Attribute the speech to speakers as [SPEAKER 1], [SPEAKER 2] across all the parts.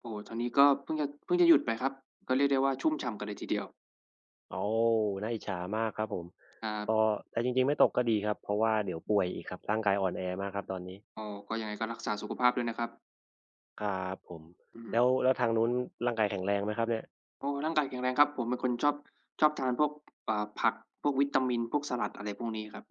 [SPEAKER 1] โอ้โฮทางนี้ก็เพิ่งจะหยุดไปครับ ก็เรียกได้ว่าชุ่มฉ่ำกันเลยทีเดียว
[SPEAKER 2] โอ้น่าอิจฉามากครับผม
[SPEAKER 1] ครั
[SPEAKER 2] ก็
[SPEAKER 1] บ
[SPEAKER 2] แต่จริงๆ ไม่ตกก็ดีครับ เพราะว่าเดี๋ยวป่วยอีกครับร่างกายอ่อนแอมากครับตอนนี้
[SPEAKER 1] อ๋อก็ยังไงก็รักษาสุขภาพด้วยนะครับ
[SPEAKER 2] ครับผม
[SPEAKER 1] อืม
[SPEAKER 2] แล้วทางนู้นร่างกายแข็งแรงไหมครับเนี่ย
[SPEAKER 1] โอ้ร่างกายแข็งแรงครับ ผมเป็นคนชอบชอบทานพวกผัก พวกวิตามิน พวกสลัดอะไรพวกนี้ครับ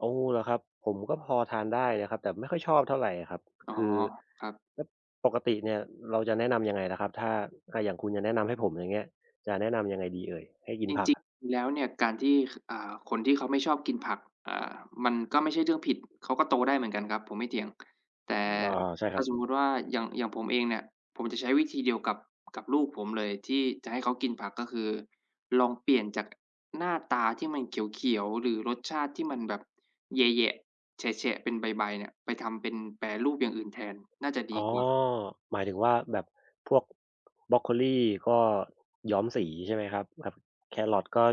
[SPEAKER 2] โอ้เหรอครับผมก็พอทานได้นะครับแต่ไม่ค่อยชอบเท่าไรอะครับ
[SPEAKER 1] อ๋อ
[SPEAKER 2] คือ
[SPEAKER 1] ครับ
[SPEAKER 2] แล้วปกติเนี่ยเราจะแนะนำยังไงล่ะครับถ้าอย่างคุณจะแนะนำให้ผมอย่างเงี้ยจะแนะนำยังไงดีเอ่ย ให้กิ
[SPEAKER 1] จ
[SPEAKER 2] นผัก
[SPEAKER 1] ริง
[SPEAKER 2] อะ
[SPEAKER 1] ๆแล้วเนี่ยการที่คนที่เขาไม่ชอบกินผักอ่ามันก็ไม่ใช่เรื่องผิดเขาก็โตได้เหมือนกันครับผมไม่เถียงแต่
[SPEAKER 2] อาใช่ค
[SPEAKER 1] ถ้า
[SPEAKER 2] รับ
[SPEAKER 1] สมมุติว่าอย่างผมเองเนี่ยผมจะใช้วิธีเดียวกับลูกผมเลยที่จะให้เขากินผักก็คือลองเปลี่ยนจากหน้าตาที่มันเขียวๆหรือรสชาติที่มันแบบแยะๆแฉะๆเป็นใบๆเนี่ยไปทำเป็นแปรรูปอย่างอื่นแทนน่าจะดี
[SPEAKER 2] อ๋อ
[SPEAKER 1] กว่า
[SPEAKER 2] หมายถึงว่าแบบพวกบรอกโคลีก็ย้อมสีใช่ไหมครับแบบแครอทก็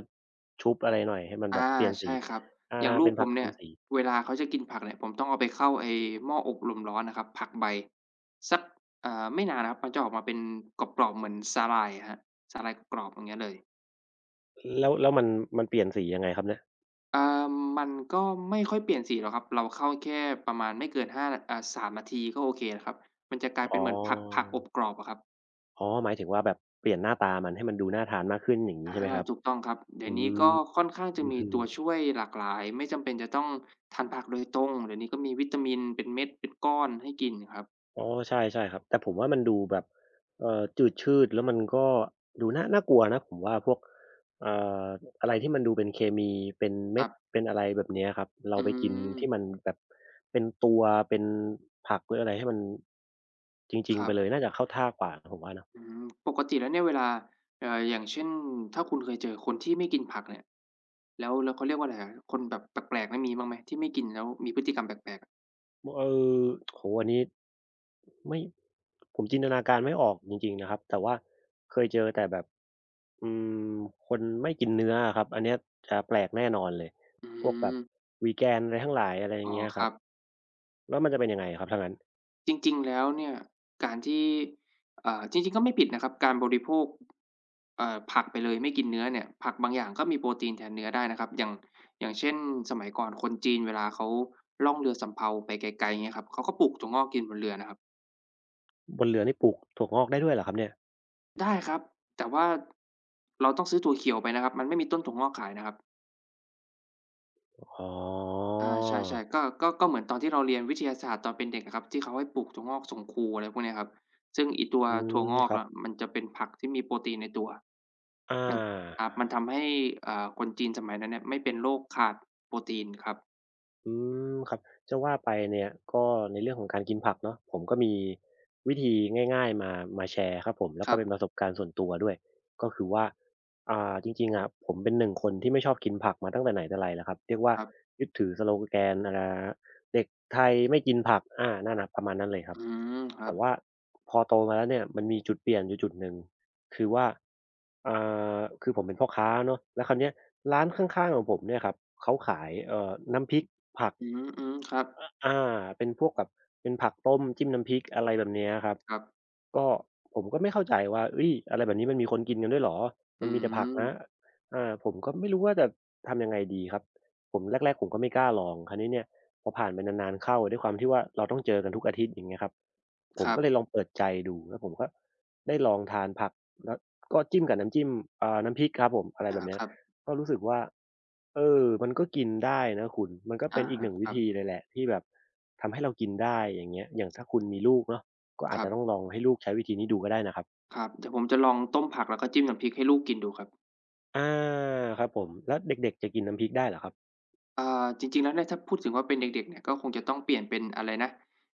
[SPEAKER 2] ชุบอะไรหน่อยให้มันแบ
[SPEAKER 1] อา
[SPEAKER 2] บเปลี่ยนสี
[SPEAKER 1] ใช่ครับ
[SPEAKER 2] อา
[SPEAKER 1] อย่างลู
[SPEAKER 2] เป็
[SPEAKER 1] ก
[SPEAKER 2] น
[SPEAKER 1] ผ
[SPEAKER 2] ผั
[SPEAKER 1] ม
[SPEAKER 2] กย้
[SPEAKER 1] เนี่
[SPEAKER 2] อ
[SPEAKER 1] ย
[SPEAKER 2] มสี
[SPEAKER 1] เวลาเขาจะกินผักเนี่ยผมต้องเอาไปเข้าไอ้หม้ออบลมร้อนนะครับผักใบสักไม่นานนะครับมันจะออกมาเป็นกรอบๆเหมือนสาหร่ายอะครับสาหร่ายกรอบๆอย่างเงี้ยเลย
[SPEAKER 2] แล้วมันเปลี่ยนสียังไงครับเนี่ย
[SPEAKER 1] อ่ามันก็ไม่ค่อยเปลี่ยนสีหรอกครับเราเข้าแค่ประมาณไม่เกิน5อ่า3นาทีก็โอเคแล้วครับมันจะกลาย
[SPEAKER 2] อ๋
[SPEAKER 1] เป็นเหมือนผัก
[SPEAKER 2] อ
[SPEAKER 1] อบกรอบอะครับ
[SPEAKER 2] อ๋อหมายถึงว่าแบบเปลี่ยนหน้าตามันให้มันดูน่าทานมากขึ้นอย่างงี้
[SPEAKER 1] อา
[SPEAKER 2] ใช่ไหมครับ
[SPEAKER 1] ถูกต้องครับเดี๋ยวนี้ก็ค่อนข้างจะ
[SPEAKER 2] อือ
[SPEAKER 1] มี
[SPEAKER 2] ฮึ
[SPEAKER 1] ตัวช่วยหลากหลายไม่จำเป็นจะต้องทานผักโดยตรงเดี๋ยวนี้ก็มีวิตามินเป็นเม็ดเป็นก้อนให้กินครับ
[SPEAKER 2] อ๋อใช่ใช่ครับแต่ผมว่ามันดูแบบจืดชืดแล้วมันก็ดูน่ากลัวนะผมว่าพวกเอ่ออะไรที่มันดูเป็นเคมีเป็น
[SPEAKER 1] ค
[SPEAKER 2] เม็
[SPEAKER 1] รั
[SPEAKER 2] ด
[SPEAKER 1] บ
[SPEAKER 2] เป็นอะไรแบบเนี้ยครับเรา
[SPEAKER 1] อื
[SPEAKER 2] ไปกิน
[SPEAKER 1] ม
[SPEAKER 2] ที่มันแบบเป็นตัวเป็นผักหรืออะไรให้มันจริ
[SPEAKER 1] ค
[SPEAKER 2] งๆ
[SPEAKER 1] รั
[SPEAKER 2] ไปเลย
[SPEAKER 1] บ
[SPEAKER 2] น่าจะเข้าท่ากว่าผมว่านะ
[SPEAKER 1] อืมปกติแล้วเนี่ยเวลาอย่างเช่นถ้าคุณเคยเจอคนที่ไม่กินผักเนี่ยแล้วเขาเรียกว่าไรอะคนแบบแปลกๆเนี่ยมีบ้างไหมที่ไม่กินแล้วมีพฤติกรรมแปลกๆอะ
[SPEAKER 2] เออโอ้โฮอันนี้ไม่ผมจินตนาการไม่ออกจริงๆนะครับแต่ว่าเคยเจอแต่แบบอืมคนไม่กินเนื้ออะครับอันเนี้ยจะแปลกแน่นอนเลย
[SPEAKER 1] อื
[SPEAKER 2] พวกแบบ
[SPEAKER 1] ม
[SPEAKER 2] Vegan อะไรทั้งหลายอะไรอ
[SPEAKER 1] อ๋
[SPEAKER 2] ย่า
[SPEAKER 1] อ
[SPEAKER 2] งเงี้ย
[SPEAKER 1] ค
[SPEAKER 2] ครั
[SPEAKER 1] รั
[SPEAKER 2] บ
[SPEAKER 1] บ
[SPEAKER 2] แล้วมันจะเป็นยังไงครับถ้างั้น
[SPEAKER 1] จริงๆแล้วเนี่ยการที่จริงๆก็ไม่ผิดนะครับการบริโภคผักไปเลยไม่กินเนื้อเนี่ยผักบางอย่างก็มีโปรตีนแทนเนื้อได้นะครับอย่างอย่างเช่นสมัยก่อนคนจีนเวลาเขาล่องเรือสำเภาไปไกลๆเงี้ยครับเขาก็ปลูกถั่วงอกกินบนเรือนะครับ
[SPEAKER 2] บนเรือนี่ปลูกถั่วงอกได้ด้วยเหรอครับเนี่ย
[SPEAKER 1] ได้ครับแต่ว่าเราต้องซื้อถั่วเขียวไปนะครับมันไม่มีต้นถั่วงอกขายนะครับ
[SPEAKER 2] อ๋อ
[SPEAKER 1] อาใช่ๆก็เหมือนตอนที่เราเรียนวิทยาศาสตร์ตอนเป็นเด็กอะครับที่เขาให้ปลูกถั่วงอกส่งครูอะไรพวกเนี้ยครับซึ่งไอ้ตัว
[SPEAKER 2] อื
[SPEAKER 1] ถั่ว
[SPEAKER 2] ม
[SPEAKER 1] งอก
[SPEAKER 2] ครับ
[SPEAKER 1] อะมันจะเป็นผักที่มีโปรตีนในตัว
[SPEAKER 2] อา
[SPEAKER 1] มันครับมันทำให้คนจีนสมัยนั้นเนี่ยไม่เป็นโรคขาดโปรตีนครับ
[SPEAKER 2] อืมครับจะว่าไปเนี่ยก็ในเรื่องของการกินผักเนาะผมก็มีวิธีง่ายๆมาแชร์ครับผมแล้ว
[SPEAKER 1] ค
[SPEAKER 2] ก็
[SPEAKER 1] รับ
[SPEAKER 2] เป็นประสบการณ์ส่วนตัวด้วยก็คือว่าจริงๆอะผมเป็นหนึ่งคนที่ไม่ชอบกินผักมาตั้งแต่ไหนแต่ไรแล้วครับเรียกว่า
[SPEAKER 1] ครับ
[SPEAKER 2] ยึดถือสโลแกนอะไรนะเด็กไทยไม่กินผักอานั่นน่ะประมาณนั้นเลยครับ
[SPEAKER 1] อืมครั
[SPEAKER 2] แต่
[SPEAKER 1] บ
[SPEAKER 2] ว่าพอโตมาแล้วเนี่ยมันมีจุดเปลี่ยนอยู่จุดหนึ่ง คือว่าอ่า คือผมเป็นพ่อค้าเนาะแล้วคราวเนี้ยร้านข้างๆของผมเนี่ยครับ เขาขายน้ำพริกผัก
[SPEAKER 1] อืมๆครับ
[SPEAKER 2] อาเป็นพวกแบบเป็นผักต้มจิ้มน้ำพริกอะไรแบบเนี้ยครับ
[SPEAKER 1] ครับ
[SPEAKER 2] ก็ผมก็ไม่เข้าใจว่าเฮ้ยอะไรแบบนี้มันมีคนกินกันด้วยเหรอ มั
[SPEAKER 1] อื
[SPEAKER 2] นมีแต่ผัก
[SPEAKER 1] ม
[SPEAKER 2] นะอาผมก็ไม่รู้ว่าจะทำยังไงดีครับผมแรกๆผมก็ไม่กล้าลองคราวนี้เนี่ยพอผ่านไปนานๆเข้าด้วยความที่ว่าเราต้องเจอกันทุกอาทิตย์อย่างเงี้ยครับผ
[SPEAKER 1] ค
[SPEAKER 2] ม
[SPEAKER 1] รับ
[SPEAKER 2] ก็เลยลองเปิดใจดูแล้วผมก็ได้ลองทานผักแล้วก็จิ้มกับน้ำจิ้มน้ำพริกครับผมอะไร
[SPEAKER 1] อา
[SPEAKER 2] แบบเนี้
[SPEAKER 1] ค
[SPEAKER 2] ย
[SPEAKER 1] รับ
[SPEAKER 2] ก็รู้สึกว่าเออมันก็กินได้นะคุณมันก็
[SPEAKER 1] อา
[SPEAKER 2] เป็นอีกหน่ง
[SPEAKER 1] ค
[SPEAKER 2] วิ
[SPEAKER 1] รับ
[SPEAKER 2] ธีเลยแหละที่แบบทำให้เรากินได้อย่างเงี้ยอย่างถ้าคุณมีลูกเนาะก็
[SPEAKER 1] ค
[SPEAKER 2] อาจ
[SPEAKER 1] รับ
[SPEAKER 2] จะต้องลองให้ลูกใช้วิธีนี้ดูก็ได้นะครับ
[SPEAKER 1] ครับเดี๋ยวผมจะลองต้มผักแล้วก็จิ้มน้ำพริกให้ลูกกินดูครับ
[SPEAKER 2] อาครับผมแล้วเด็กๆจะกินน้ำพริกได้เหรอครับ
[SPEAKER 1] อ่าจริงๆแล้วเนี่ยถ้าพูดถึงว่าเป็นเด็กๆเนี่ยก็คงจะต้องเปลี่ยนเป็นอะไรนะ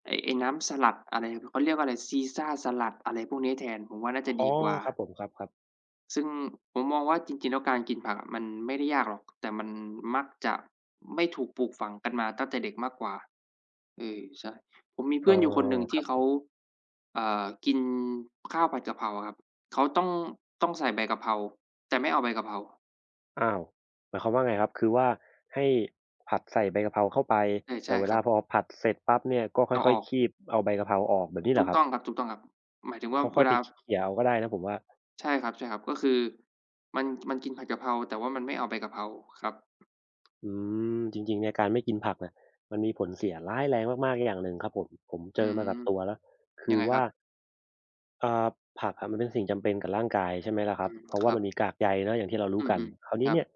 [SPEAKER 1] ไอ้น้ำสลัดอะไรเขาเรียกว่าอะไรซีซ่าสลัดอะไรพวกนี้แทนผมว่าน่าจะ
[SPEAKER 2] อ๋
[SPEAKER 1] ดี
[SPEAKER 2] อ
[SPEAKER 1] กว่า
[SPEAKER 2] ครับผมครับ
[SPEAKER 1] ซึ่งผมมองว่าจริงๆแล้วการกินผักอะมันไม่ได้ยากหรอกแต่มันมักจะไม่ถูกปลูกฝังกันมาตั้งแต่เด็กมากกว่าเออใช่ผมมี
[SPEAKER 2] ๆเอ
[SPEAKER 1] เพื่อนอยู่คนห
[SPEAKER 2] อ
[SPEAKER 1] นึ่ง
[SPEAKER 2] ค
[SPEAKER 1] ที่
[SPEAKER 2] รับผ
[SPEAKER 1] เขา
[SPEAKER 2] ม
[SPEAKER 1] กินข้าวผัดกะเพราอะครับเขาต้องใส่ใบกะเพราแต่ไม่เอาใบกะเพรา
[SPEAKER 2] อ้าวหมายความว่าไงครับคือว่าให้ผัดใส่ใบกะเพราเข้าไป
[SPEAKER 1] เออใช่
[SPEAKER 2] แต่เว
[SPEAKER 1] ครั
[SPEAKER 2] ลาพ
[SPEAKER 1] บ
[SPEAKER 2] อผัดเสร็จปั๊บเนี่ยก็ค่
[SPEAKER 1] เอาอ
[SPEAKER 2] อย
[SPEAKER 1] อก
[SPEAKER 2] ๆคีบเอาใบกะเพราออกแบบนี้เห
[SPEAKER 1] ถู
[SPEAKER 2] รอ
[SPEAKER 1] ก
[SPEAKER 2] ครับ
[SPEAKER 1] ต้องครับๆครับหมายถึงว่า
[SPEAKER 2] เขาค่
[SPEAKER 1] เว
[SPEAKER 2] อยไป
[SPEAKER 1] ลา
[SPEAKER 2] เขี่ยเอาก็ได้นะผมว่า
[SPEAKER 1] ใช่ครับใช่ครับก็คือมันมันกินผัดกะเพราแต่ว่ามันไม่เอาใบกะเพราครับ
[SPEAKER 2] อืมจริงๆเนี่ยการไม่กินผักน่ะมันมีผลเสียร้ายแรงมากๆอย่างหนึ่งครับผมผมเจ
[SPEAKER 1] อื
[SPEAKER 2] อมากั
[SPEAKER 1] ม
[SPEAKER 2] บตัวแล้ว
[SPEAKER 1] ยั
[SPEAKER 2] คื
[SPEAKER 1] ง
[SPEAKER 2] อ
[SPEAKER 1] ไงครั
[SPEAKER 2] ว่า
[SPEAKER 1] บ
[SPEAKER 2] อ่าผักอะมันเป็นสิ่งจำเป็นกับร่างกายใช่ไหมล่ะครั
[SPEAKER 1] อื
[SPEAKER 2] บ
[SPEAKER 1] ม
[SPEAKER 2] เพราะ
[SPEAKER 1] ค
[SPEAKER 2] ว่า
[SPEAKER 1] รับ
[SPEAKER 2] มันมีกากใยเนาะอย่างที่เรารู้
[SPEAKER 1] อื
[SPEAKER 2] กัน
[SPEAKER 1] ม
[SPEAKER 2] คราว
[SPEAKER 1] ๆค
[SPEAKER 2] นี้
[SPEAKER 1] รั
[SPEAKER 2] เนี่ย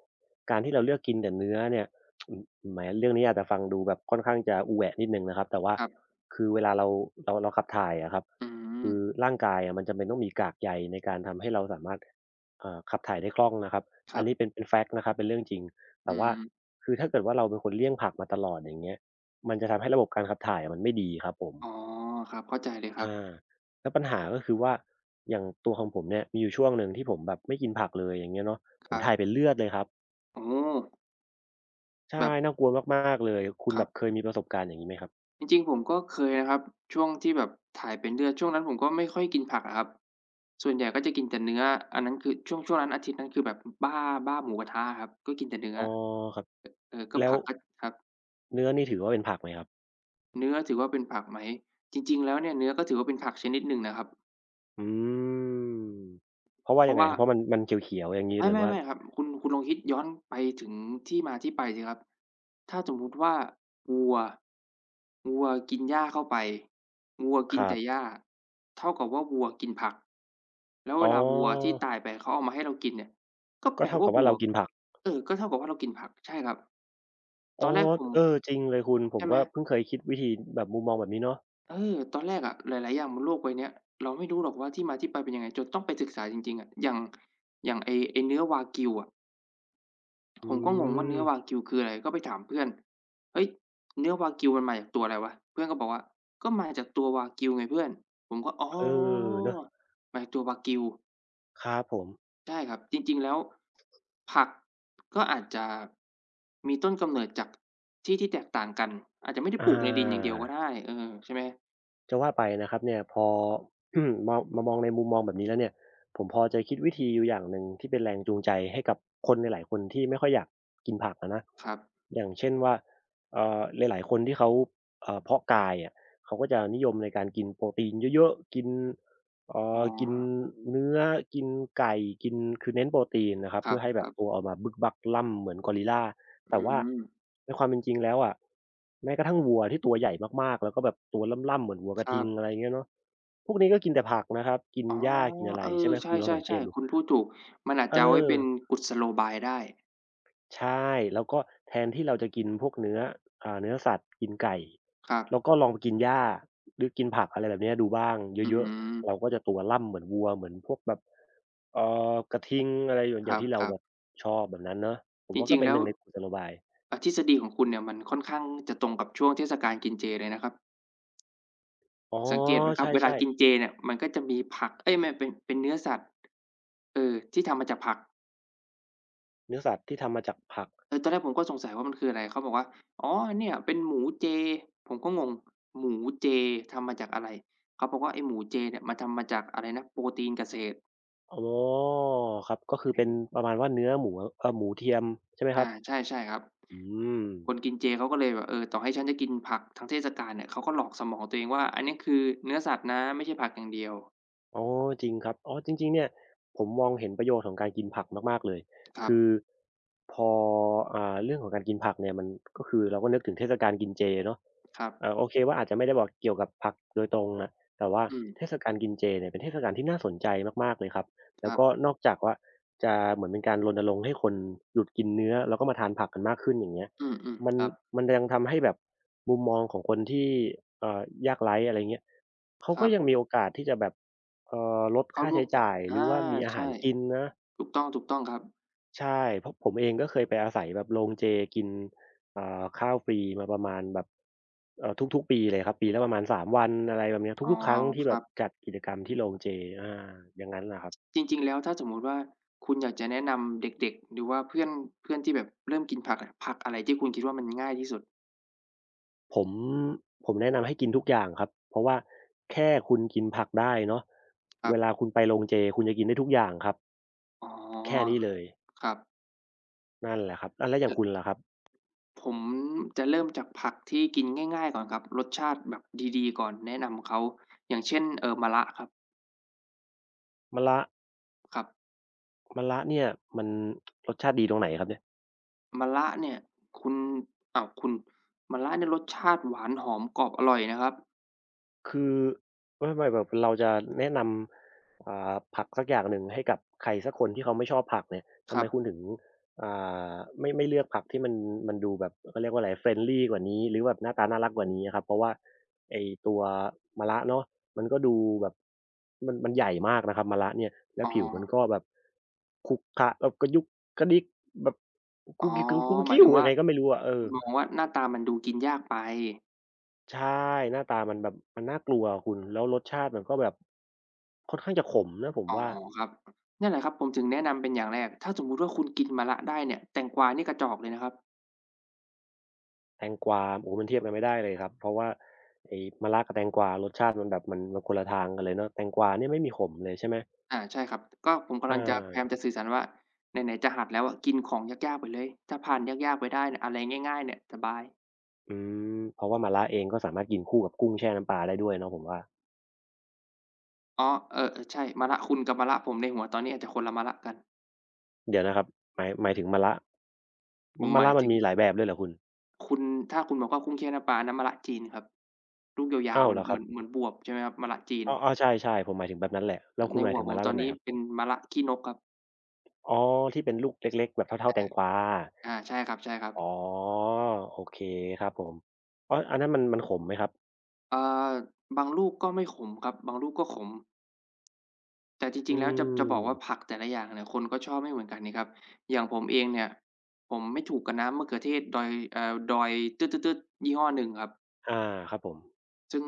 [SPEAKER 2] การที่เราเลือกกินแต่เนื้อเนี่ยอืมแหมเรื่องนี้อาจจะฟังดูแบบค่อนข้างจะอูแหวะนิดหนึ่งนะครับแต่ว่า
[SPEAKER 1] บๆ
[SPEAKER 2] คือเวลาเราเราขับถ่ายอะครับ
[SPEAKER 1] อืม
[SPEAKER 2] คือร่างกายอะมันจำเป็นต้องมีกากใยในการทำให้เราสามารถขับถ่ายได้คล่องนะครับ
[SPEAKER 1] ค
[SPEAKER 2] อั
[SPEAKER 1] รั
[SPEAKER 2] น
[SPEAKER 1] บ
[SPEAKER 2] นี้เป็นแฟกต์นะครับเป็นเรื่องจริง
[SPEAKER 1] อื
[SPEAKER 2] แต่ว่า
[SPEAKER 1] ม
[SPEAKER 2] คือถ้าเกิดว่าเราเป็นคนเลี่ยงผักมาตลอดอย่างเงี้ยมันจะทำให้ระบบการขับถ่ายอะมันไม่ดีครับผม
[SPEAKER 1] อ๋อครับเข้าใจเลยค
[SPEAKER 2] อ
[SPEAKER 1] รับ
[SPEAKER 2] าแล้วปัญหาก็คือว่าอย่างตัวของผมเนี่ยมีอยู่ช่วงหนึ่งที่ผมแบบไม่กินผักเลยอย่างเงี้ยเนาะ
[SPEAKER 1] ค
[SPEAKER 2] ผม
[SPEAKER 1] รับ
[SPEAKER 2] ถ่ายเป็นเลือดเลยครับ
[SPEAKER 1] โอ้โฮแบ
[SPEAKER 2] ใช่
[SPEAKER 1] บ
[SPEAKER 2] น่ากลัวมากๆเลยคุ
[SPEAKER 1] ค
[SPEAKER 2] ณ
[SPEAKER 1] รั
[SPEAKER 2] แบ
[SPEAKER 1] บ
[SPEAKER 2] บเคยมีประสบการณ์อย่างงี้ไหมครับ
[SPEAKER 1] จริงๆผมก็เคยนะครับช่วงที่แบบถ่ายเป็นเลือดช่วงนั้นผมก็ไม่ค่อยกินผักอะครับส่วนใหญ่ก็จะกินแต่เนื้ออันนั้นคือช่วงนั้นอาทิตย์นั้นคือแบบบ้าบ้าหมูกระทะอะครับก็กินแต่เนื้อ
[SPEAKER 2] อ๋อครับ
[SPEAKER 1] เออเออก็
[SPEAKER 2] แล้ว
[SPEAKER 1] ผักก็ครับ
[SPEAKER 2] เนื้อนี่ถือว่าเป็นผักไหมครับ
[SPEAKER 1] เนื้อถือว่าเป็นผักไหมจริงๆแล้วเนี่ยเนื้อก็ถือว่าเป็นผักชนิดหนึ่งนะครับ
[SPEAKER 2] อืมเพราะว่า
[SPEAKER 1] เพ
[SPEAKER 2] ยั
[SPEAKER 1] ราะ
[SPEAKER 2] งไง
[SPEAKER 1] ว่า
[SPEAKER 2] ครับเพราะมันเขียวๆอย่างงี้
[SPEAKER 1] ไม่
[SPEAKER 2] หรือ
[SPEAKER 1] ไม่
[SPEAKER 2] ว่า
[SPEAKER 1] ไม่ครับคุณลองคิดย้อนไปถึงที่มาที่ไปสิครับถ้าสมมุติว่าวัววัวกินหญ้าเข้าไปวัว
[SPEAKER 2] ค
[SPEAKER 1] กิน
[SPEAKER 2] รับ
[SPEAKER 1] แต่หญ้าเท่ากับว่าวัวกินผักแล้ว
[SPEAKER 2] อ๋
[SPEAKER 1] เว
[SPEAKER 2] อ
[SPEAKER 1] ลาวัวที่ตายไปเขาเอามาให้เรากินเนี่ยก็แป
[SPEAKER 2] ก็
[SPEAKER 1] ล
[SPEAKER 2] เท่า
[SPEAKER 1] ว่า
[SPEAKER 2] กับว่า
[SPEAKER 1] วัว
[SPEAKER 2] เรากินผัก
[SPEAKER 1] เออก็เท่ากับว่าเรากินผักใช่ครับตอ
[SPEAKER 2] อ๋อ
[SPEAKER 1] นแรกผม
[SPEAKER 2] เออจริงเลยคุณผ
[SPEAKER 1] ใช่
[SPEAKER 2] ม
[SPEAKER 1] ไหม
[SPEAKER 2] ก็เพิ่งเคยคิดวิธีแบบมุมมองแบบนี้เนาะ
[SPEAKER 1] เออตอนแรกอะหลายๆอย่างบนโลกใบเนี้ยเราไม่รู้หรอกว่าที่มาที่ไปเป็นยังไงจนต้องไปศึกษาจริงๆอะอย่างอย่างไอ้เนื้อวากิวอะ
[SPEAKER 2] อื
[SPEAKER 1] ผมก็งงว่า
[SPEAKER 2] ม
[SPEAKER 1] เนื้อวากิวคืออะไรก็ไปถามเพื่อนเฮ้ยเนื้อวากิวมันมาจากตัวอะไรวะเพื่อนก็บอกว่าก็มาจากตัววากิวไงเพื่อนผมก็อ๋อ
[SPEAKER 2] เออเนาะ
[SPEAKER 1] มาจากตัววากิว
[SPEAKER 2] ครับผม
[SPEAKER 1] ใช่ครับจริงๆแล้วผักก็อาจจะมีต้นกำเนิดจากที่ที่แตกต่างกันอาจจะไม่ได้ป
[SPEAKER 2] อา
[SPEAKER 1] ลูกในดินอย่างเดียวก็ได้เออใช่ไหม
[SPEAKER 2] จะว่าไปนะครับเนี่ยพอ มองในมุมมองแบบนี้แล้วเนี่ยผมพอจะคิดวิธีอยู่อย่างหนึ่งที่เป็นแรงจูงใจให้กับคนหลายๆคนที่ไม่ค่อยอยากกินผักอะนะ
[SPEAKER 1] ครับ
[SPEAKER 2] อย่างเช่นว่าเอ่อหลายๆคนที่เขาเพาะกายอะเขาก็จะนิยมในการกินโปรตีนเยอะๆกิน อ๋อ
[SPEAKER 1] อ๋อ
[SPEAKER 2] กินเนื้อกินไก่กินคือเน้นโปรตีนนะครับ
[SPEAKER 1] คร
[SPEAKER 2] เพื่อให้แบ
[SPEAKER 1] ั
[SPEAKER 2] บ
[SPEAKER 1] บ
[SPEAKER 2] ตั
[SPEAKER 1] ๆ
[SPEAKER 2] วออกมาบึกบักล่ำเหมือนกอริลลา
[SPEAKER 1] อื
[SPEAKER 2] แต่ว่า
[SPEAKER 1] ม
[SPEAKER 2] ในความเป็นจริงแล้วอะแม้กระทั่งวัวที่ตัวใหญ่มากๆแล้วก็แบบตัวล่ำๆเหมือนวัวก
[SPEAKER 1] ค
[SPEAKER 2] ระ
[SPEAKER 1] รั
[SPEAKER 2] ทิงอะไร
[SPEAKER 1] บ
[SPEAKER 2] อย่างเงี้ยเนาะพวกนี้ก็กินแต่ผักนะครับกิน
[SPEAKER 1] อ๋อ
[SPEAKER 2] หญ้ากินอะไร
[SPEAKER 1] เออ
[SPEAKER 2] ใช่ไหม
[SPEAKER 1] ใ
[SPEAKER 2] คุณลองสังเก
[SPEAKER 1] ช่
[SPEAKER 2] ต
[SPEAKER 1] ๆ
[SPEAKER 2] ดู
[SPEAKER 1] ๆคุณพูดถูก มันอาจ
[SPEAKER 2] เออ
[SPEAKER 1] จะเอาไว้เป็นกุศโลบายได้
[SPEAKER 2] ใช่แล้วก็แทนที่เราจะกินพวกเนื้ออ่าเนื้อสัตว์กินไก่
[SPEAKER 1] ครั
[SPEAKER 2] เรา
[SPEAKER 1] บ
[SPEAKER 2] ก็ลองกินหญ้าหรือกินผักอะไรแบบเนี้ยดูบ้าง
[SPEAKER 1] อื
[SPEAKER 2] เยอะ
[SPEAKER 1] ม
[SPEAKER 2] ๆเราก็จะตัวล่ำเหมือนวัวเหมือนพวกแบบ กระทิงอะไรอย่างอ
[SPEAKER 1] ค
[SPEAKER 2] ย่า
[SPEAKER 1] ร
[SPEAKER 2] งที่เรา
[SPEAKER 1] ั
[SPEAKER 2] แบบ
[SPEAKER 1] บ
[SPEAKER 2] ชอบแบบนั้นเนาะผ
[SPEAKER 1] ๆ
[SPEAKER 2] ม
[SPEAKER 1] จ
[SPEAKER 2] ว่าก็
[SPEAKER 1] ริงๆ
[SPEAKER 2] เป็น
[SPEAKER 1] แล้
[SPEAKER 2] ห
[SPEAKER 1] ว
[SPEAKER 2] นึ่งในกุศโลบาย
[SPEAKER 1] ทฤษฎีของคุณเนี่ยมันค่อนข้างจะตรงกับช่วงเทศกาลกินเจเลยนะครับ
[SPEAKER 2] อ๋อ
[SPEAKER 1] สังเกตไหมค
[SPEAKER 2] ใช
[SPEAKER 1] รับ เวลา
[SPEAKER 2] ่
[SPEAKER 1] กิน
[SPEAKER 2] ๆ
[SPEAKER 1] เจเนี่ยมันก็จะมีผัก เอ๊ยไม่เป็นเนื้อสัตว์เออที่ทำมาจากผัก
[SPEAKER 2] เนื้อสัตว์ที่ทำมาจากผัก
[SPEAKER 1] เออตอนแรกผมก็สงสัยว่ามันคืออะไรเขาบอกว่าอ๋อเนี่ยเป็นหมูเจผมก็งงหมูเจทำมาจากอะไรเขาบอกว่าไอ้หมูเจเนี่ยมันทำมาจากอะไรนะโปรตีนเกษตร
[SPEAKER 2] อ๋อครับก็คือ
[SPEAKER 1] อื
[SPEAKER 2] เป็น
[SPEAKER 1] ม
[SPEAKER 2] ประมาณว่าเนื้อหมูหมูเทียมใช่ไหมค
[SPEAKER 1] อา
[SPEAKER 2] รับ
[SPEAKER 1] ใช่ใช่ครับ
[SPEAKER 2] อืม
[SPEAKER 1] คนกินเจเขาก็เลยแบบเออต่อให้ฉันจะกินผักทั้งเทศกาลเนี่ยเขาก็หลอกสมองตัวเองว่าอันเนี้ยคือเนื้อสัตว์นะไม่ใช่ผักอย่างเดียว
[SPEAKER 2] อ๋อจริงครับอ๋อจริงๆเนี่ยผมมองเห็นประโยชน์ของการกินผักมากๆเลย
[SPEAKER 1] ครับ
[SPEAKER 2] คือพออ่าเรื่องของการกินผักเนี่ยมันก็คือเราก็นึกถึงเทศกาลกินเจเนาะ
[SPEAKER 1] ครับ
[SPEAKER 2] โอเคว่าอาจจะไม่ได้บอกเกี่ยวกับผักโดยตรงอะแต่ว่า
[SPEAKER 1] อืม
[SPEAKER 2] เทศกาลกินเจเนี่ยเป็นเทศกาลที่น่าสนใจมากๆเลยครับ
[SPEAKER 1] ค
[SPEAKER 2] แล้ว
[SPEAKER 1] รั
[SPEAKER 2] ก็
[SPEAKER 1] บ
[SPEAKER 2] นอกจากว่าจะเหมือนเป็นการรณรงค์ให้คนหยุดกินเนื้อแล้วก็มาทานผักกันมากขึ้นอย่างเงี้ย
[SPEAKER 1] อืม
[SPEAKER 2] มั
[SPEAKER 1] ๆ
[SPEAKER 2] น
[SPEAKER 1] ครับ
[SPEAKER 2] มันยังทำให้แบบมุมมองของคนที่เอ่ยากไร้อะไรเงี้ยเขา
[SPEAKER 1] ค
[SPEAKER 2] ก็
[SPEAKER 1] รั
[SPEAKER 2] ยัง
[SPEAKER 1] บ
[SPEAKER 2] มีโอกาสที่จะแบบ ลด
[SPEAKER 1] ข้าว
[SPEAKER 2] ค่า
[SPEAKER 1] ลว
[SPEAKER 2] ใช้
[SPEAKER 1] ก
[SPEAKER 2] จ่ายหรือ
[SPEAKER 1] อา
[SPEAKER 2] ว่ามีอาหา
[SPEAKER 1] ใช่
[SPEAKER 2] รกินนะ
[SPEAKER 1] ถูกต้องถูกต้องครับ
[SPEAKER 2] ใช่เพราะผมเองก็เคยไปอาศัยแบบโรงเจกินอ่าข้าวฟรีมาประมาณแบบทุกๆปีเลยครับปีละประมาณสามวันอะไรแบบเนี้ย
[SPEAKER 1] อ๋อ
[SPEAKER 2] ทุกๆครั้งที่
[SPEAKER 1] ค
[SPEAKER 2] แบ
[SPEAKER 1] รั
[SPEAKER 2] บ
[SPEAKER 1] บ
[SPEAKER 2] จัดกิจกรรมที่โรงเจอาอย่างงั้นน่ะครับ
[SPEAKER 1] จริงๆแล้วถ้าสมมุติว่าคุณอยากจะแนะนำเด็กๆหรือว่าเพื่อนเพื่อนที่แบบเริ่มกินผักอะผักอะไรที่คุณคิดว่ามันง่ายที่สุด
[SPEAKER 2] ผมผมแนะนำให้กินทุกอย่างครับเพราะว่าแค่คุณกินผักได้เนาะ
[SPEAKER 1] ครั
[SPEAKER 2] เว
[SPEAKER 1] บ
[SPEAKER 2] ลาคุณไปโรงเจคุณจะกินได้ทุกอย่างครับ
[SPEAKER 1] อ๋อ
[SPEAKER 2] แค่นี้เลย
[SPEAKER 1] ครับ
[SPEAKER 2] นั่นแหละครับอาแล้วอย่างคุณล่ะครับ
[SPEAKER 1] ผมจะเริ่มจากผักที่กินง่ายๆก่อนครับรสชาติแบบดีๆก่อนแนะนำเขาอย่างเช่นมะระครับ
[SPEAKER 2] มะระ
[SPEAKER 1] ครับ
[SPEAKER 2] มะระเนี่ยมันรสชาติดีตรงไหนครับเนี่ย
[SPEAKER 1] มะระเนี่ยคุณอ้าวคุณมะระเนี่ยรสชาติหวานหอมกรอบอร่อยนะครับ
[SPEAKER 2] คือไม่แบบเราจะแนะนำอ่าผักสักอย่างหนึ่งให้กับใครสักคนที่เขาไม่ชอบผักเนี่ย
[SPEAKER 1] ค
[SPEAKER 2] ทำ
[SPEAKER 1] รั
[SPEAKER 2] ไม
[SPEAKER 1] บ
[SPEAKER 2] คุณถึงอ่าไม่เลือกผักที่มันดูแบบเขาเรียกว่าอะไร friendly กว่านี้หรือแบบหน้าตาน่ารักกว่านี้อะครับเพราะว่าไอ้ตัวมะระเนาะมันก็ดูแบบมันใหญ่มากนะครับมะระเนี่ยแล้ว
[SPEAKER 1] อ๋อ
[SPEAKER 2] ผิวมันก็แบบขรุขระแบบกระยุกกระดิกแบบ
[SPEAKER 1] อ๋
[SPEAKER 2] กุ
[SPEAKER 1] อ
[SPEAKER 2] กกิกกุก
[SPEAKER 1] หมาย
[SPEAKER 2] กิ้
[SPEAKER 1] ถึ
[SPEAKER 2] ว
[SPEAKER 1] ง
[SPEAKER 2] ยั
[SPEAKER 1] ว่า
[SPEAKER 2] งไงก็ไม่รู้อะเออ
[SPEAKER 1] มองว่าหน้าตามันดูกินยากไป
[SPEAKER 2] ใช่หน้าตามันแบบมันน่ากลัวอะคุณแล้วรสชาติมันก็แบบค่อนข้างจะขมนะผม
[SPEAKER 1] อ๋อ
[SPEAKER 2] ว่า
[SPEAKER 1] ครับนั่นแหละครับผมถึงแนะนำเป็นอย่างแรกถ้าสมมุติว่าคุณกินมะระได้เนี่ยแตงกวานี่กระจอกเลยนะครับ
[SPEAKER 2] แตงกวาโอ้โฮมันเทียบกันไม่ได้เลยครับเพราะว่าไอ้มะระกับแตงกวารสชาติมันแบบมันคนละทางกันเลยเนาะแตงกวาเนี่ยไม่มีขมเลยใช่ไหม
[SPEAKER 1] อาใช่ครับก็ผมกำ
[SPEAKER 2] อ
[SPEAKER 1] ลังจะพยายามจะ
[SPEAKER 2] า
[SPEAKER 1] สื่อสารว่าไหนๆจะหัดแล้วอะกินของยากๆไปเลยถ้าผ่านยากๆไปได้เนี่ยอะไรง่ายๆเนี่ยสบาย
[SPEAKER 2] อืมเพราะว่ามะระเองก็สามารถกินคู่กับกุ้งแช่น้ำปลาได้ด้วยเนาะผมว่า
[SPEAKER 1] อ๋อเออๆใช่มะระคุณกับมะระผมในหัวตอนนี้อาจจะคนละมะระกัน
[SPEAKER 2] เดี๋ยวนะครับหมายถึงมะระ
[SPEAKER 1] ผมห
[SPEAKER 2] มะ
[SPEAKER 1] มา
[SPEAKER 2] ระ
[SPEAKER 1] ย
[SPEAKER 2] มั
[SPEAKER 1] ถึ
[SPEAKER 2] น
[SPEAKER 1] ง
[SPEAKER 2] มีหลายแบบด้วยเหรอคุณ
[SPEAKER 1] คุณถ้าคุณบอกว่ากุ้งแช่น้ำปลาอันนั้นมะระจีนครับลูกยาว
[SPEAKER 2] อ้า
[SPEAKER 1] ๆ
[SPEAKER 2] ว
[SPEAKER 1] เหมื
[SPEAKER 2] เห
[SPEAKER 1] อ
[SPEAKER 2] ร
[SPEAKER 1] น
[SPEAKER 2] อค
[SPEAKER 1] เห
[SPEAKER 2] รั
[SPEAKER 1] มือ
[SPEAKER 2] บ
[SPEAKER 1] นเหมือนบวบใช่ไหมครับมะระจีน
[SPEAKER 2] อ้ออ้อใช่ๆผมหมายถึงแบบนั้นแหละ
[SPEAKER 1] อ
[SPEAKER 2] แล้วคุ
[SPEAKER 1] ใน
[SPEAKER 2] ณหมาย
[SPEAKER 1] หัว
[SPEAKER 2] ถึง
[SPEAKER 1] ผ
[SPEAKER 2] มะ
[SPEAKER 1] ม
[SPEAKER 2] ระ
[SPEAKER 1] ต
[SPEAKER 2] แบ
[SPEAKER 1] อน
[SPEAKER 2] บไหน
[SPEAKER 1] นี้
[SPEAKER 2] ครับ
[SPEAKER 1] เป็นมะระขี้นกครับ
[SPEAKER 2] อ๋อที่เป็นลูกเล็กๆแบบเท่าๆแต
[SPEAKER 1] อา
[SPEAKER 2] งกวา
[SPEAKER 1] อาใช่ครับ
[SPEAKER 2] อ๋
[SPEAKER 1] ๆ
[SPEAKER 2] อโอเคครับผมอ๋ออันนั้นมันขมไหมครับ
[SPEAKER 1] เอ่อบางลูกก็ไม่ขมครับบางลูกก็ขม แต่จริ
[SPEAKER 2] อื
[SPEAKER 1] งๆแล้วจะจะบอกว่าผั
[SPEAKER 2] ม
[SPEAKER 1] กแต่ละอย่างเนี่ยคนก็ชอบไม่เหมือนกันนี่ครับอย่างผมเองเนี่ยผมไม่ถูกกับน้ำมะเขือเทศดอยดอยตึ๊ดๆๆยี่ห้อหนึ่งครับ
[SPEAKER 2] อาครับผม
[SPEAKER 1] ซึ่ง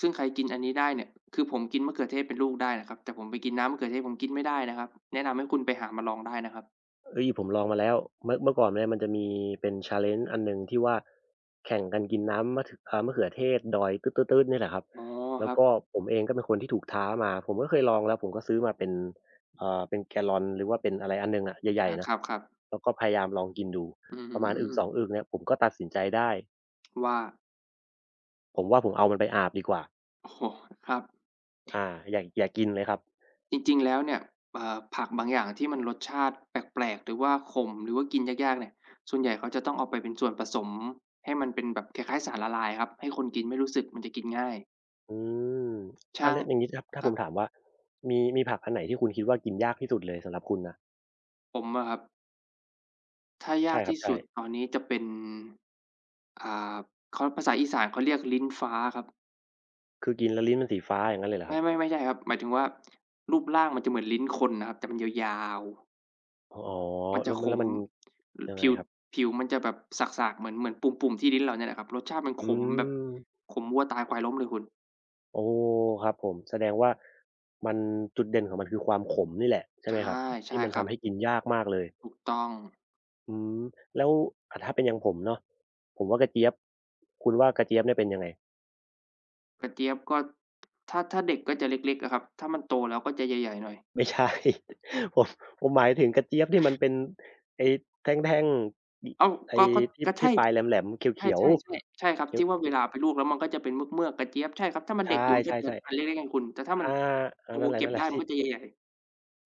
[SPEAKER 1] ซึ่งใครกินอันนี้ได้เนี่ยคือผมกินมะเขือเทศเป็นลูกได้นะครับแต่ผมไปกินน้ำมะเขือเทศผมกินไม่ได้นะครับแนะนำให้คุณไปหามาลองได้นะครับ
[SPEAKER 2] เฮ้ยผมลองมาแล้วเมื่อก่อนเนี่ยมันจะมีเป็น challenge อันหนึ่งที่ว่าแข่งกันกินน้ำมะถึอ่ามะเขือเทศดอยตื๊ดๆๆเนี่ยแหละครับ
[SPEAKER 1] อ๋อค
[SPEAKER 2] แล้ว
[SPEAKER 1] รับ
[SPEAKER 2] ก็ผมเองก็เป็นคนที่ถูกท้ามาผมก็เคยลองแล้วผมก็ซื้อมาเป็นเป็นแกลลอนหรือว่าเป็นอะไรอันหนึ่งอะใหญ่
[SPEAKER 1] อา
[SPEAKER 2] ๆ
[SPEAKER 1] ค
[SPEAKER 2] นะ
[SPEAKER 1] รับๆ
[SPEAKER 2] แล้วก็พยายามลองกินดู
[SPEAKER 1] อื
[SPEAKER 2] ประมาณอึกส
[SPEAKER 1] ม
[SPEAKER 2] องอึกเนี่ยผมก็ตัดสินใจได้
[SPEAKER 1] ว่า
[SPEAKER 2] ผมว่าผมเอามันไปอาบดีกว่า
[SPEAKER 1] โอ้โฮครับ
[SPEAKER 2] อาอย่ากินเลยครับ
[SPEAKER 1] จริงๆแล้วเนี่ยผักบางอย่างที่มันรสชาติแปลกๆหรือว่าขมหรือว่ากินยากๆเนี่ยส่วนใหญ่เขาจะต้องเอาไปเป็นส่วนผสมให้มันเป็นแบบคล้ายๆสารละลายครับให้คนกินไม่รู้สึกมันจะกินง่าย
[SPEAKER 2] อืมอา
[SPEAKER 1] ช่า
[SPEAKER 2] แล้
[SPEAKER 1] ง
[SPEAKER 2] วอย่างงี้ถ้า
[SPEAKER 1] ค
[SPEAKER 2] ถ้าผ
[SPEAKER 1] รับ
[SPEAKER 2] มถามว่ามีผักอันไหนที่คุณคิดว่ากินยากที่สุดเลยสำหรับคุณนะ
[SPEAKER 1] ผมอะครับถ้ายา
[SPEAKER 2] ใช่
[SPEAKER 1] ก
[SPEAKER 2] ครับ
[SPEAKER 1] ที่
[SPEAKER 2] ใช่
[SPEAKER 1] สุดตอนนี้จะเป็นอ่าเขาภาษาอีสานเขาเรียกลิ้นฟ้าครับ
[SPEAKER 2] คือกินแล้วลิ้นมันสีฟ้าอย่างงั้นเลยเหรอค
[SPEAKER 1] ไม่
[SPEAKER 2] รับ
[SPEAKER 1] ไม่ไม่ใช่ครับหมายถึงว่ารูปร่างมันจะเหมือนลิ้นคนนะครับแต่มันยาวๆ
[SPEAKER 2] อ๋อ
[SPEAKER 1] มันจะ
[SPEAKER 2] แล้ว
[SPEAKER 1] ข
[SPEAKER 2] มันแล้ว
[SPEAKER 1] ม
[SPEAKER 2] มันยังไง
[SPEAKER 1] ผิว
[SPEAKER 2] ครับ
[SPEAKER 1] ผิวมันจะแบบสากๆเหมือนเหมือนปุ่มๆที่ลิ้นเราเนี่ยแหละครับรสชาติมันข
[SPEAKER 2] อื
[SPEAKER 1] มแบบ
[SPEAKER 2] ม
[SPEAKER 1] ขมวัวตายควายล้มเลยคุณ
[SPEAKER 2] โอ้ครับผมแสดงว่ามันจุดเด่นของมันคือความขมนี่แหละใช่ไหมครับ
[SPEAKER 1] ใช่
[SPEAKER 2] ที่
[SPEAKER 1] ใช่
[SPEAKER 2] มัน
[SPEAKER 1] ครับ
[SPEAKER 2] ทำให้กินยากมากเลย
[SPEAKER 1] ถูกต้อง
[SPEAKER 2] อืมแล้วอ่าถ้าเป็นอย่างผมเนาะผมว่ากระเจี๊ยบคุณว่ากระเจี๊ยบเนี่ยเป็นยังไง
[SPEAKER 1] กระเจี๊ยบก็ถ้าถ้าเด็กก็จะเล็กๆอะครับถ้ามันโตแล้วก็จะใหญ่ๆหน่อย
[SPEAKER 2] ไม่ใช่ ผมผมหมายถึงกระเจี๊ยบที่มันเป็นไอ้แท่งๆอิ
[SPEAKER 1] อ้าว
[SPEAKER 2] ไอ้
[SPEAKER 1] ก็ก็
[SPEAKER 2] ที่
[SPEAKER 1] ก็ใช่
[SPEAKER 2] ที่ปลายแหลมๆ
[SPEAKER 1] ใ
[SPEAKER 2] เขียว
[SPEAKER 1] ช่ๆๆใช่ครั
[SPEAKER 2] ๆ
[SPEAKER 1] บ
[SPEAKER 2] เขียว
[SPEAKER 1] ที่ว่าเว
[SPEAKER 2] เขีย
[SPEAKER 1] ลา
[SPEAKER 2] ว
[SPEAKER 1] เอาไปลวกแล้วมันก็จะเป็นเมือกๆกระเจี๊ยบใช่ครับถ้ามันเด็
[SPEAKER 2] ใช่
[SPEAKER 1] กอยู่มันก็จะอันเล็
[SPEAKER 2] ๆ
[SPEAKER 1] กๆไงคุณแต่ถ้า
[SPEAKER 2] ๆ
[SPEAKER 1] มัน
[SPEAKER 2] อาอา
[SPEAKER 1] โต
[SPEAKER 2] นั่นแหละ
[SPEAKER 1] เก็
[SPEAKER 2] นั่
[SPEAKER 1] บ
[SPEAKER 2] น
[SPEAKER 1] ได้มัน
[SPEAKER 2] ที่
[SPEAKER 1] ก็จะใหญ่ๆ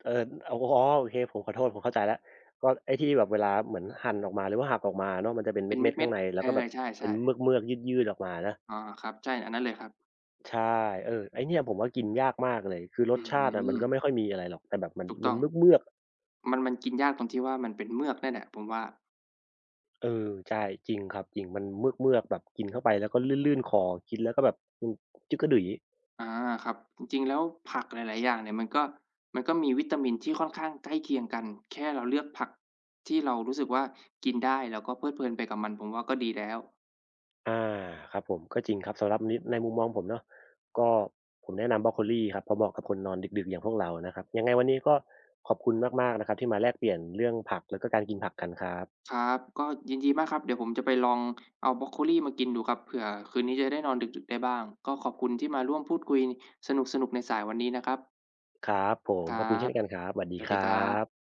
[SPEAKER 2] เอ่ออ๋อโอเคผมขอโทษผมเข้าใจแล้วก็ไอ้ที่แบบเวลาเหมือนหั่นออกมาหรือว่าหักออกมาเนาะมันจะเป็น
[SPEAKER 1] เป็น
[SPEAKER 2] เม็ดๆ
[SPEAKER 1] เม็
[SPEAKER 2] ข้า
[SPEAKER 1] ด
[SPEAKER 2] งใน
[SPEAKER 1] ๆ
[SPEAKER 2] แล้
[SPEAKER 1] เอ
[SPEAKER 2] วก็
[SPEAKER 1] อ
[SPEAKER 2] แบบเป็
[SPEAKER 1] ใช่
[SPEAKER 2] นเ
[SPEAKER 1] ๆ
[SPEAKER 2] มือกๆยืดๆออกมานะ
[SPEAKER 1] อาครับใช่อันนั้นเลยครับ
[SPEAKER 2] ใช่เออไอ้เนี่ยผมว่ากินยากมากเลยคือร
[SPEAKER 1] อื
[SPEAKER 2] สชาติอะมัน
[SPEAKER 1] ม
[SPEAKER 2] ก็ไม่ค่อยมีอะไรหรอกแต่แบบมัน
[SPEAKER 1] ถูก
[SPEAKER 2] มั
[SPEAKER 1] ต้อ
[SPEAKER 2] น
[SPEAKER 1] ง
[SPEAKER 2] เมือกๆ
[SPEAKER 1] มันมันกินยากตรงที่ว่ามันเป็นเมือกนั่นแหละผมว่า
[SPEAKER 2] เออใช่จริงครับจริงมันเมือกๆแบบกินเข้าไปแล้วก็ลื่นๆคอกินแล้วก็แบบอืมจึ๊กกะดื่อย
[SPEAKER 1] อาครับจริงๆแล้วผักหลายๆอย่างเนี่ยมันก็มันก็มีวิตามินที่ค่อนข้างใกล้เคียงกันแค่เราเลือกผักที่เรารู้สึกว่ากินได้แล้วก็เพลิดเพลินไปกับมันผมว่าก็ดีแล้ว
[SPEAKER 2] อาครับผมก็จริงครับสำหรับนิในมุมมองผมเนาะก็ผมแนะนำบรอกโคลีครับเพราะเหมาะกับคนนอนดึกๆอย่างพวกเรานะครับยังไงวันนี้ก็ขอบคุณมากๆนะครับที่มาแลกเปลี่ยนเรื่องผักแล้วก็การกินผักกันครับ
[SPEAKER 1] ครับก็ยินดีมากครับเดี๋ยวผมจะไปลองเอาบรอกโคลีมากินดูครับเผื่อคืนนี้จะได้นอนดึกๆได้บ้างก็ขอบคุณที่มาร่วมพูดคุยสนุกๆในสายวันนี้นะครับ
[SPEAKER 2] ครับผ
[SPEAKER 1] ค
[SPEAKER 2] ม
[SPEAKER 1] รั
[SPEAKER 2] ขอบคุณเช่
[SPEAKER 1] บ
[SPEAKER 2] นกันครับสวัส
[SPEAKER 1] ส
[SPEAKER 2] ดี
[SPEAKER 1] วัส
[SPEAKER 2] ค
[SPEAKER 1] ดี
[SPEAKER 2] รั
[SPEAKER 1] ครับ
[SPEAKER 2] บ